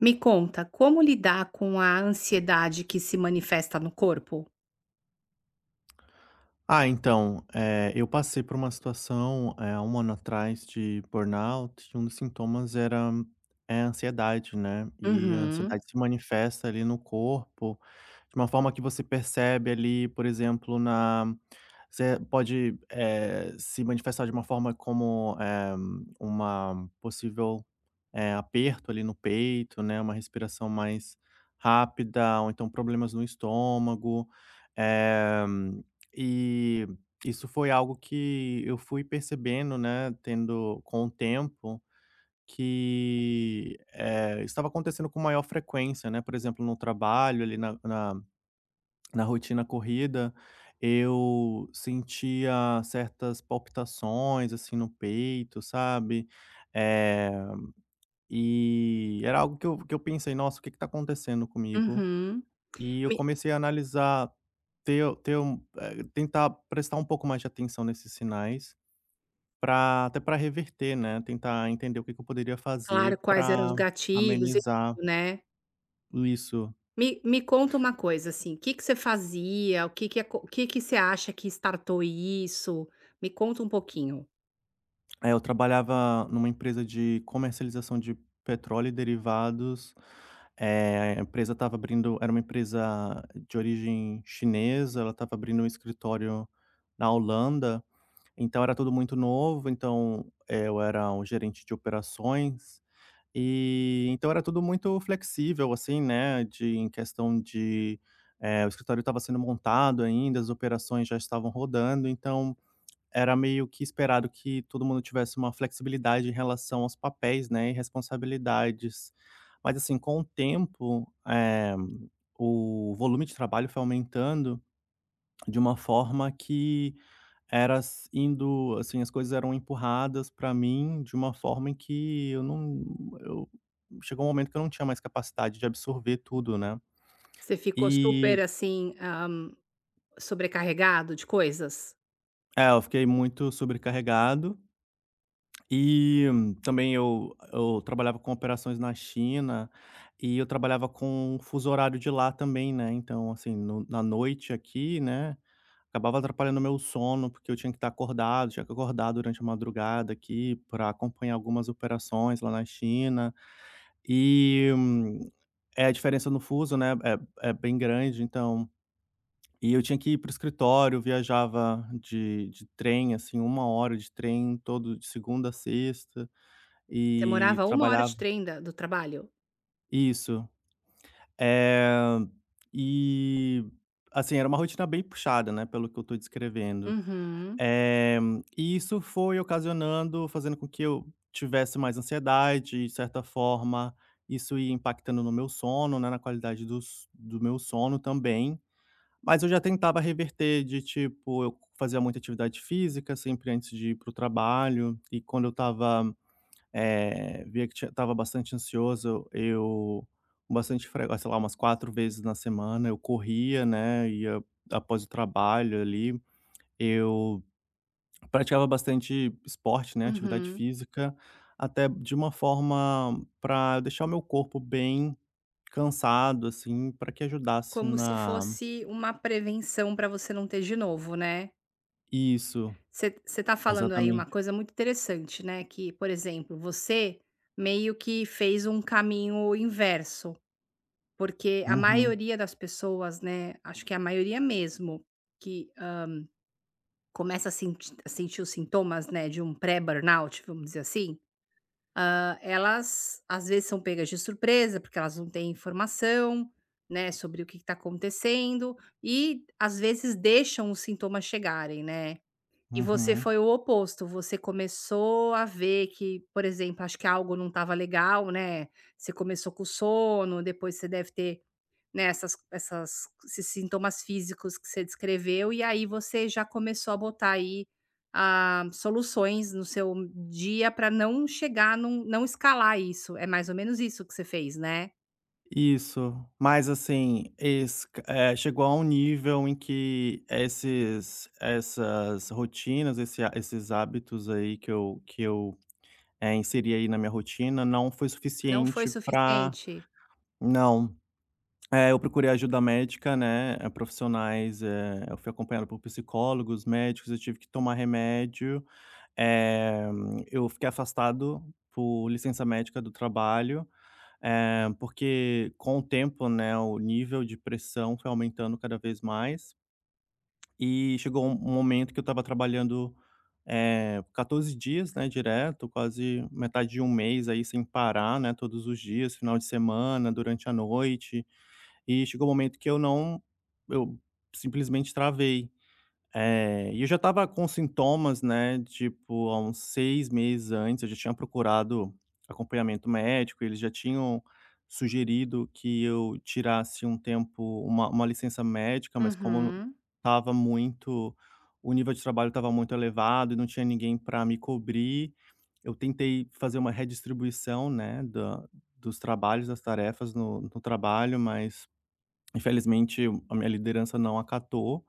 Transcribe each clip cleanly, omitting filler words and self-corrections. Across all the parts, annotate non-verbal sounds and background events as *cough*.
Me conta, como lidar com a ansiedade que se manifesta no corpo? Eu passei por uma situação, há um ano atrás de burnout, e um dos sintomas era a ansiedade, né, e a Uhum. ansiedade se manifesta ali no corpo, de uma forma que você percebe ali, por exemplo, na você pode, se manifestar de uma forma como, uma possível, aperto ali no peito, né, uma respiração mais rápida, ou então problemas no estômago. Eh e isso foi algo que eu fui percebendo, né, tendo com o tempo, que, estava acontecendo com maior frequência, né. Por exemplo, no trabalho, ali, na na rotina corrida, eu sentia certas palpitações, assim, no peito, sabe. Eh, e era algo que eu pensei: "Nossa, o que que tá acontecendo comigo?". uhum. E eu Me comecei a analisar, ter um tentar prestar um pouco mais de atenção nesses sinais, pra até para reverter, né, tentar entender o que que eu poderia fazer Claro, quais eram os para gatilhos e amenizar tudo, né. isso. Me conta uma coisa, assim, o que que você fazia, o que que você acha que startou isso? Me conta um pouquinho. É, eu trabalhava numa empresa de comercialização de petróleo e derivados. A empresa estava abrindo, era uma empresa de origem chinesa, ela estava abrindo um escritório na Holanda. Então era tudo muito novo, então, eu era um gerente de operações, e então era tudo muito flexível, assim, né, de em questão de, o escritório estava sendo montado ainda, as operações já estavam rodando, então era meio que esperado que todo mundo tivesse uma flexibilidade em relação aos papéis, né, e responsabilidades. Mas assim, com o tempo, o volume de trabalho foi aumentando de uma forma que era s indo assim, as coisas eram empurradas para mim de uma forma em que eu não eu chegou um momento que eu não tinha mais capacidade de absorver tudo, né. Você ficou E super, assim, sobrecarregado de coisas? é, eu fiquei muito sobrecarregado e também eu trabalhava com operações na China e eu trabalhava com o fuso horário de lá também, né, então assim, no na noite aqui, né. Acabava atrapalhando o meu sono, porque eu tinha que estar acordado, tinha que acordar durante a madrugada aqui para acompanhar algumas operações lá na China. E, é a diferença no fuso, né, é bem grande, então e eu tinha que ir para o escritório, eu viajava de trem, assim, uma hora de trem todo de segunda a sexta Você e morava uma hora de trabalhava trem da do trabalho? isso. É e, assim, era uma rotina bem puxada, né, pelo que eu tô descrevendo. Uhum, Eh, e isso foi ocasionando fazendo com que eu tivesse mais ansiedade e, de certa forma, isso ia impactando no meu sono, né, na qualidade dos do meu sono também. Mas eu já tentava reverter de, tipo, eu fazia muita atividade física sempre antes de ir para o trabalho e quando eu estava, via que ti estava bastante ansioso, eu com bastante fre sei lá, umas 4 vezes na semana eu corria, né, ia após o trabalho ali, eu praticava bastante esporte, né, atividade uhum. física, até de uma forma para deixar o meu corpo bem cansado, assim, para que ajudasse Como se na fosse uma prevenção para você não ter de novo, né? isso, Você está falando aí uma exatamente. coisa muito interessante, né, que, por exemplo, você meio que fez um caminho inverso, porque a Uhum, maioria das pessoas, né, acho que é a maioria mesmo, que, começa a senti a sentir os sintomas, né, de um pré-burnout, vamos dizer assim, elas às vezes são pegas de surpresa, porque elas não têm informação, né, sobre o que está acontecendo e às vezes deixam os sintomas chegarem, né. E você uhum. foi o oposto, você começou a ver que, por exemplo, acho que algo não estava legal, né, você começou com sono, depois você deve ter, né, essas essas esses sintomas físicos que você descreveu, e aí você já começou a botar aí, ah, soluções no seu dia para não chegar num não escalar isso, é mais ou menos isso que você fez, né? Isso. Mas assim, esse chegou a um nível em que esses essas rotinas, esse há esses hábitos aí que eu, inseri aí na minha rotina não foi Não foi suficiente para suficiente? não. É, eu procurei ajuda médica, né, profissionais, eu fui acompanhado por psicólogos, médicos, eu tive que tomar remédio, eh, eu fiquei afastado por licença médica do trabalho, porque com o tempo, né, o nível de pressão foi aumentando cada vez mais, e chegou um momento que eu estava trabalhando, 14 dias, né, direto, quase metade de um mês aí sem parar, né, todos os dias, final de semana, durante a noite. E chegou um momento que eu não eu simplesmente travei. E eu já estava com sintomas, né, tipo, há uns 6 meses antes, eu já tinha procurado acompanhamento médico, eles já tinham sugerido que eu tirasse um tempo, uma licença médica, mas como Uhum. estava muito o nível de trabalho estava muito elevado e não tinha ninguém para me cobrir, eu tentei fazer uma redistribuição, né, da dos trabalhos, das tarefas no trabalho, mas infelizmente, a minha liderança não acatou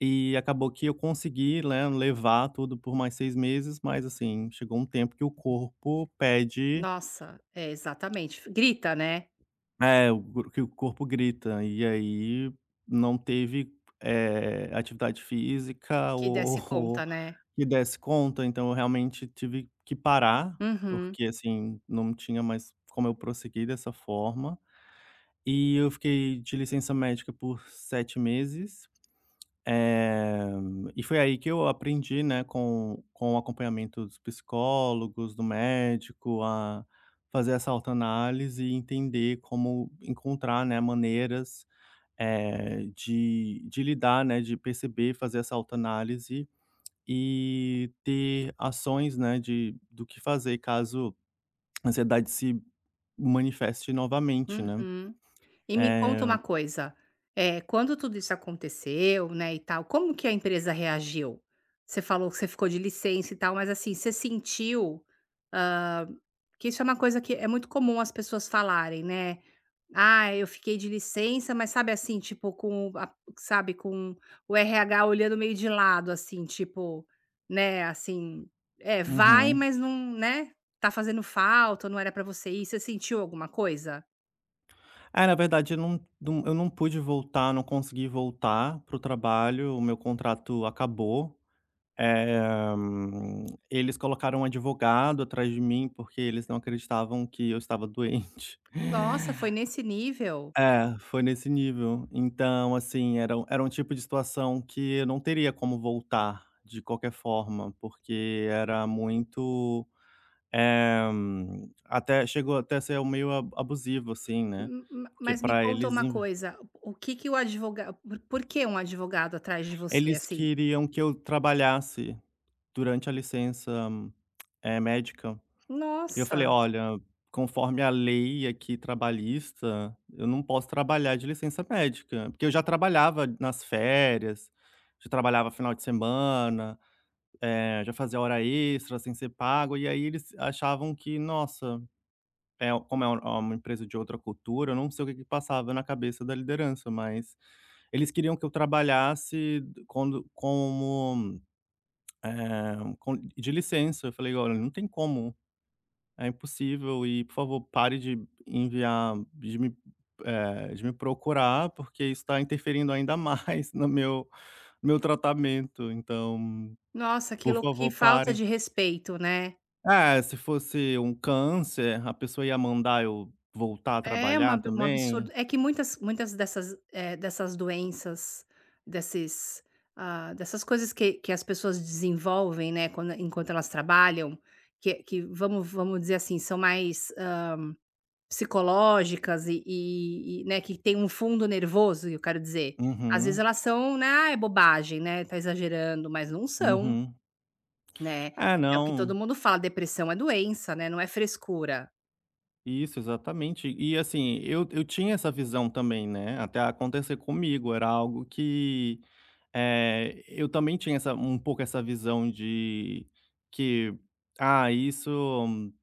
e acabou que eu consegui, né, levar tudo por mais 6 meses, mas, assim, chegou um tempo que o corpo pede Nossa, é, exatamente. Grita, né, é, o gru- que o corpo grita, e aí não teve, atividade física que ou desse conta, ou né? que desse conta, então eu realmente tive que parar, Uhum. porque, assim, não tinha mais como eu prosseguir dessa forma. E eu fiquei de licença médica por 7 meses. Eh, e foi aí que eu aprendi, né, com o acompanhamento dos psicólogos, do médico, a fazer essa autoanálise e entender como encontrar, né, maneiras, de lidar, né, de perceber, fazer essa autoanálise e ter ações, né, de do que fazer caso a ansiedade se manifeste novamente, né. Uhum. E me conta É. uma coisa, é quando tudo isso aconteceu, né, e tal, como que a empresa reagiu? Você falou que você ficou de licença e tal, mas assim, você sentiu que isso é uma coisa que é muito comum as pessoas falarem, né? Ah, eu fiquei de licença, mas sabe assim, tipo, sabe, com o RH olhando meio de lado, assim, tipo, né, assim, é, vai, Uhum. mas não, né? Tá fazendo falta, não era pra você ir. Você sentiu alguma coisa? É, na verdade, eu não pude voltar, não consegui voltar para o trabalho, o meu contrato acabou. Eh, Eles colocaram um advogado atrás de mim, porque eles não acreditavam que eu estava doente. *laughs* Nossa, foi nesse nível? É, foi nesse nível. Então, assim, era um tipo de situação que eu não teria como voltar de qualquer forma, porque era muito, até chegou até a ser meio a abusivo, assim, né, M ma porque mas Me para conta eles uma coisa, o que que o advogado, por que um advogado atrás de você, eles assim? queriam que eu trabalhasse durante a licença, médica, e eu falei: Nossa, "Olha, conforme a lei aqui trabalhista, eu não posso trabalhar de licença médica", porque eu já trabalhava nas férias, já trabalhava final de semana, já fazia hora extra sem ser pago, e aí eles achavam que, nossa, como é um, é uma empresa de outra cultura, eu não sei o que que passava na cabeça da liderança, mas eles queriam que eu trabalhasse quando como com de licença, eu falei: "Olha, não tem como, é impossível e por favor pare de enviar de me, de me procurar, porque isso está interferindo ainda mais *laughs* no meu no meu tratamento, então, que por lou que favor falta parem". de respeito, né? É, se fosse um câncer, a pessoa ia mandar eu voltar a É uma trabalhar ab um também. absurdo. É que muitas dessas, dessas doenças, desses, ah, dessas coisas que as pessoas desenvolvem, né, quando enquanto elas trabalham, que vamos dizer assim, são mais psicológicas e, né, que tem um fundo nervoso, eu quero dizer, às vezes Uhum, elas são, né: "Ah, é bobagem, né, tá exagerando", mas não são, uhum. né. É, É o que todo não. mundo fala, depressão é doença, né, não é frescura. Isso, exatamente. E assim, eu tinha essa visão também, né, até acontecer comigo, era algo que eu também tinha essa um pouco essa visão de que: "Ah, isso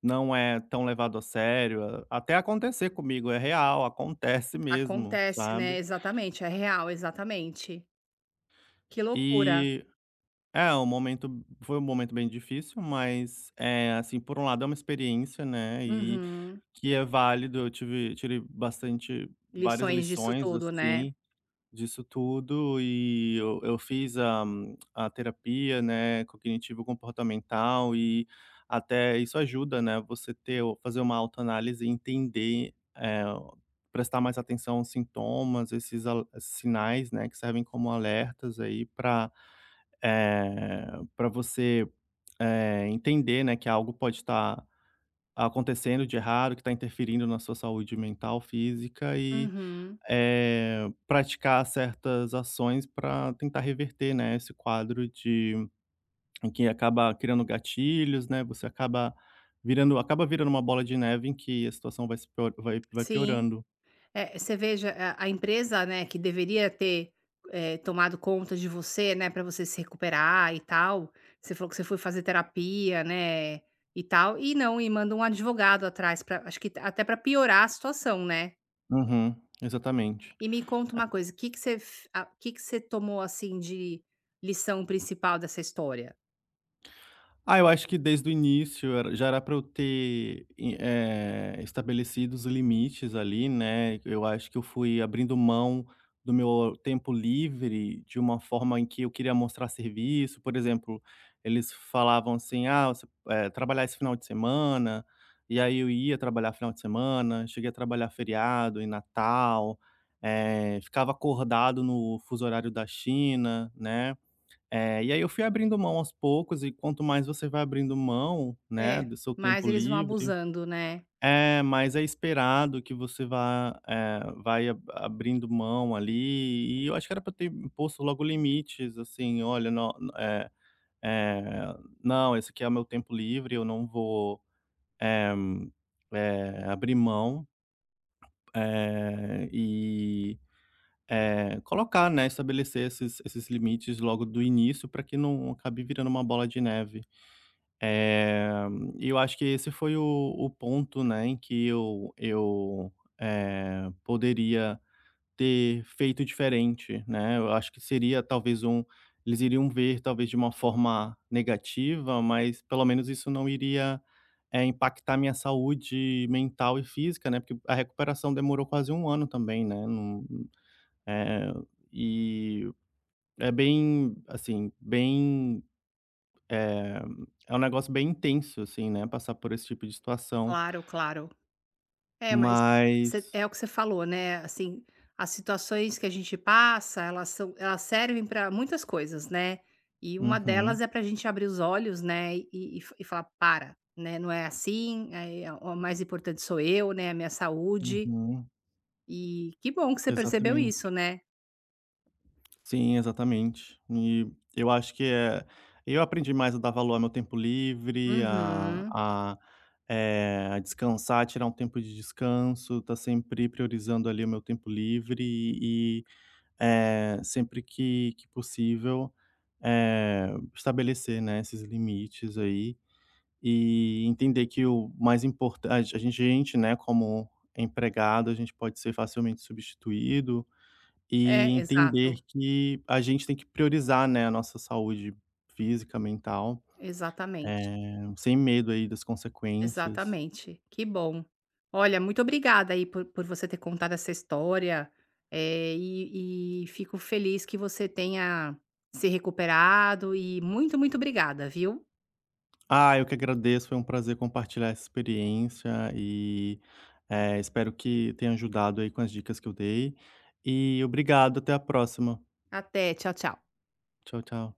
não é tão levado a sério", a- até acontecer comigo, é real, acontece mesmo, Acontece, né, sabe. exatamente, é real, exatamente. Que loucura. E é, um momento foi um momento bem difícil, mas, assim, por um lado é uma experiência, né, e Uhum. que é válido, eu tive tirei bastante várias Lições disso lições, tudo, né. assim disso tudo e eu fiz a terapia, né, cognitivo-comportamental e até isso ajuda, né, você ter, fazer uma autoanálise e entender, prestar mais atenção aos sintomas, esses al- sinais, né, que servem como alertas aí para para você entender, né, que algo pode estar acontecendo de errado, que está interferindo na sua saúde mental, física Uhum. Praticar certas ações para tentar reverter, né, esse quadro de em que acaba criando gatilhos, né, você acaba virando uma bola de neve em que a situação vai se pio vai Sim. piorando. É, você veja, a empresa, né, que deveria ter, tomado conta de você, né, para você se recuperar e tal, você falou que você foi fazer terapia, né, e tal, e não, e manda um advogado atrás pra acho que até para piorar a situação, né. Uhum, exatamente. E me conta uma coisa, o que que você tomou, assim, de lição principal dessa história? Ah, eu acho que desde o início era já era para eu ter em estabelecido os limites ali, né. Eu acho que eu fui abrindo mão do meu tempo livre de uma forma em que eu queria mostrar serviço. Por exemplo, eles falavam assim: "Ah, você trabalhar esse final de semana", e aí eu ia trabalhar final de semana, cheguei a trabalhar feriado, em Natal, ficava acordado no fuso horário da China, né. É, e aí eu fui abrindo mão aos poucos e quanto mais você vai abrindo mão, né, É, do seu mas tempo eles vão livre abusando, né. é, mais é esperado que você vá, vai ab abrindo mão ali, e eu acho que era para ter posto logo limites, assim: "Olha, no eh, não, esse aqui é o meu tempo livre, eu não vou, eh abrir mão", e, colocar, né, estabelecer esses limites logo do início para que não acabe virando uma bola de neve. Eh, e eu acho que esse foi o ponto, né, em que eu poderia ter feito diferente, né. Eu acho que seria talvez um eles iriam ver talvez de uma forma negativa, mas pelo menos isso não iria, impactar minha saúde mental e física, né, porque a recuperação demorou quase um ano também, né, não, eh, e é bem, assim, bem é, é um negócio bem intenso, assim, né, passar por esse tipo de situação, Claro, claro. É, mas você mas é o que você falou, né, assim, as situações que a gente passa, elas servem para muitas coisas, né, e uma uhum, delas é para a gente abrir os olhos, né, e falar: "Para, né, não é assim, o mais importante sou eu, né, a minha saúde". uhum. E que bom que você percebeu isso, Exatamente. né. Sim, exatamente. E eu acho que é eu aprendi mais a dar valor ao meu tempo livre, Uhum. a, a descansar, tirar um tempo de descanso, tá sempre priorizando ali o meu tempo livre e, sempre que possível, eh, estabelecer, né, esses limites aí. E entender que o mais importante a gente, né, como empregado, a gente pode ser facilmente substituído É, e entender exato, que a gente tem que priorizar, né, a nossa saúde física, mental, exatamente. Sem medo aí das consequências. Exatamente, que bom. Olha, muito obrigada aí por você ter contado essa história, e fico feliz que você tenha se recuperado e muito, muito obrigada, viu? Ah, eu que agradeço, foi um prazer compartilhar essa experiência e, espero que tenha ajudado aí com as dicas que eu dei. E obrigado, até a próxima. Até, tchau, tchau. Tchau, tchau.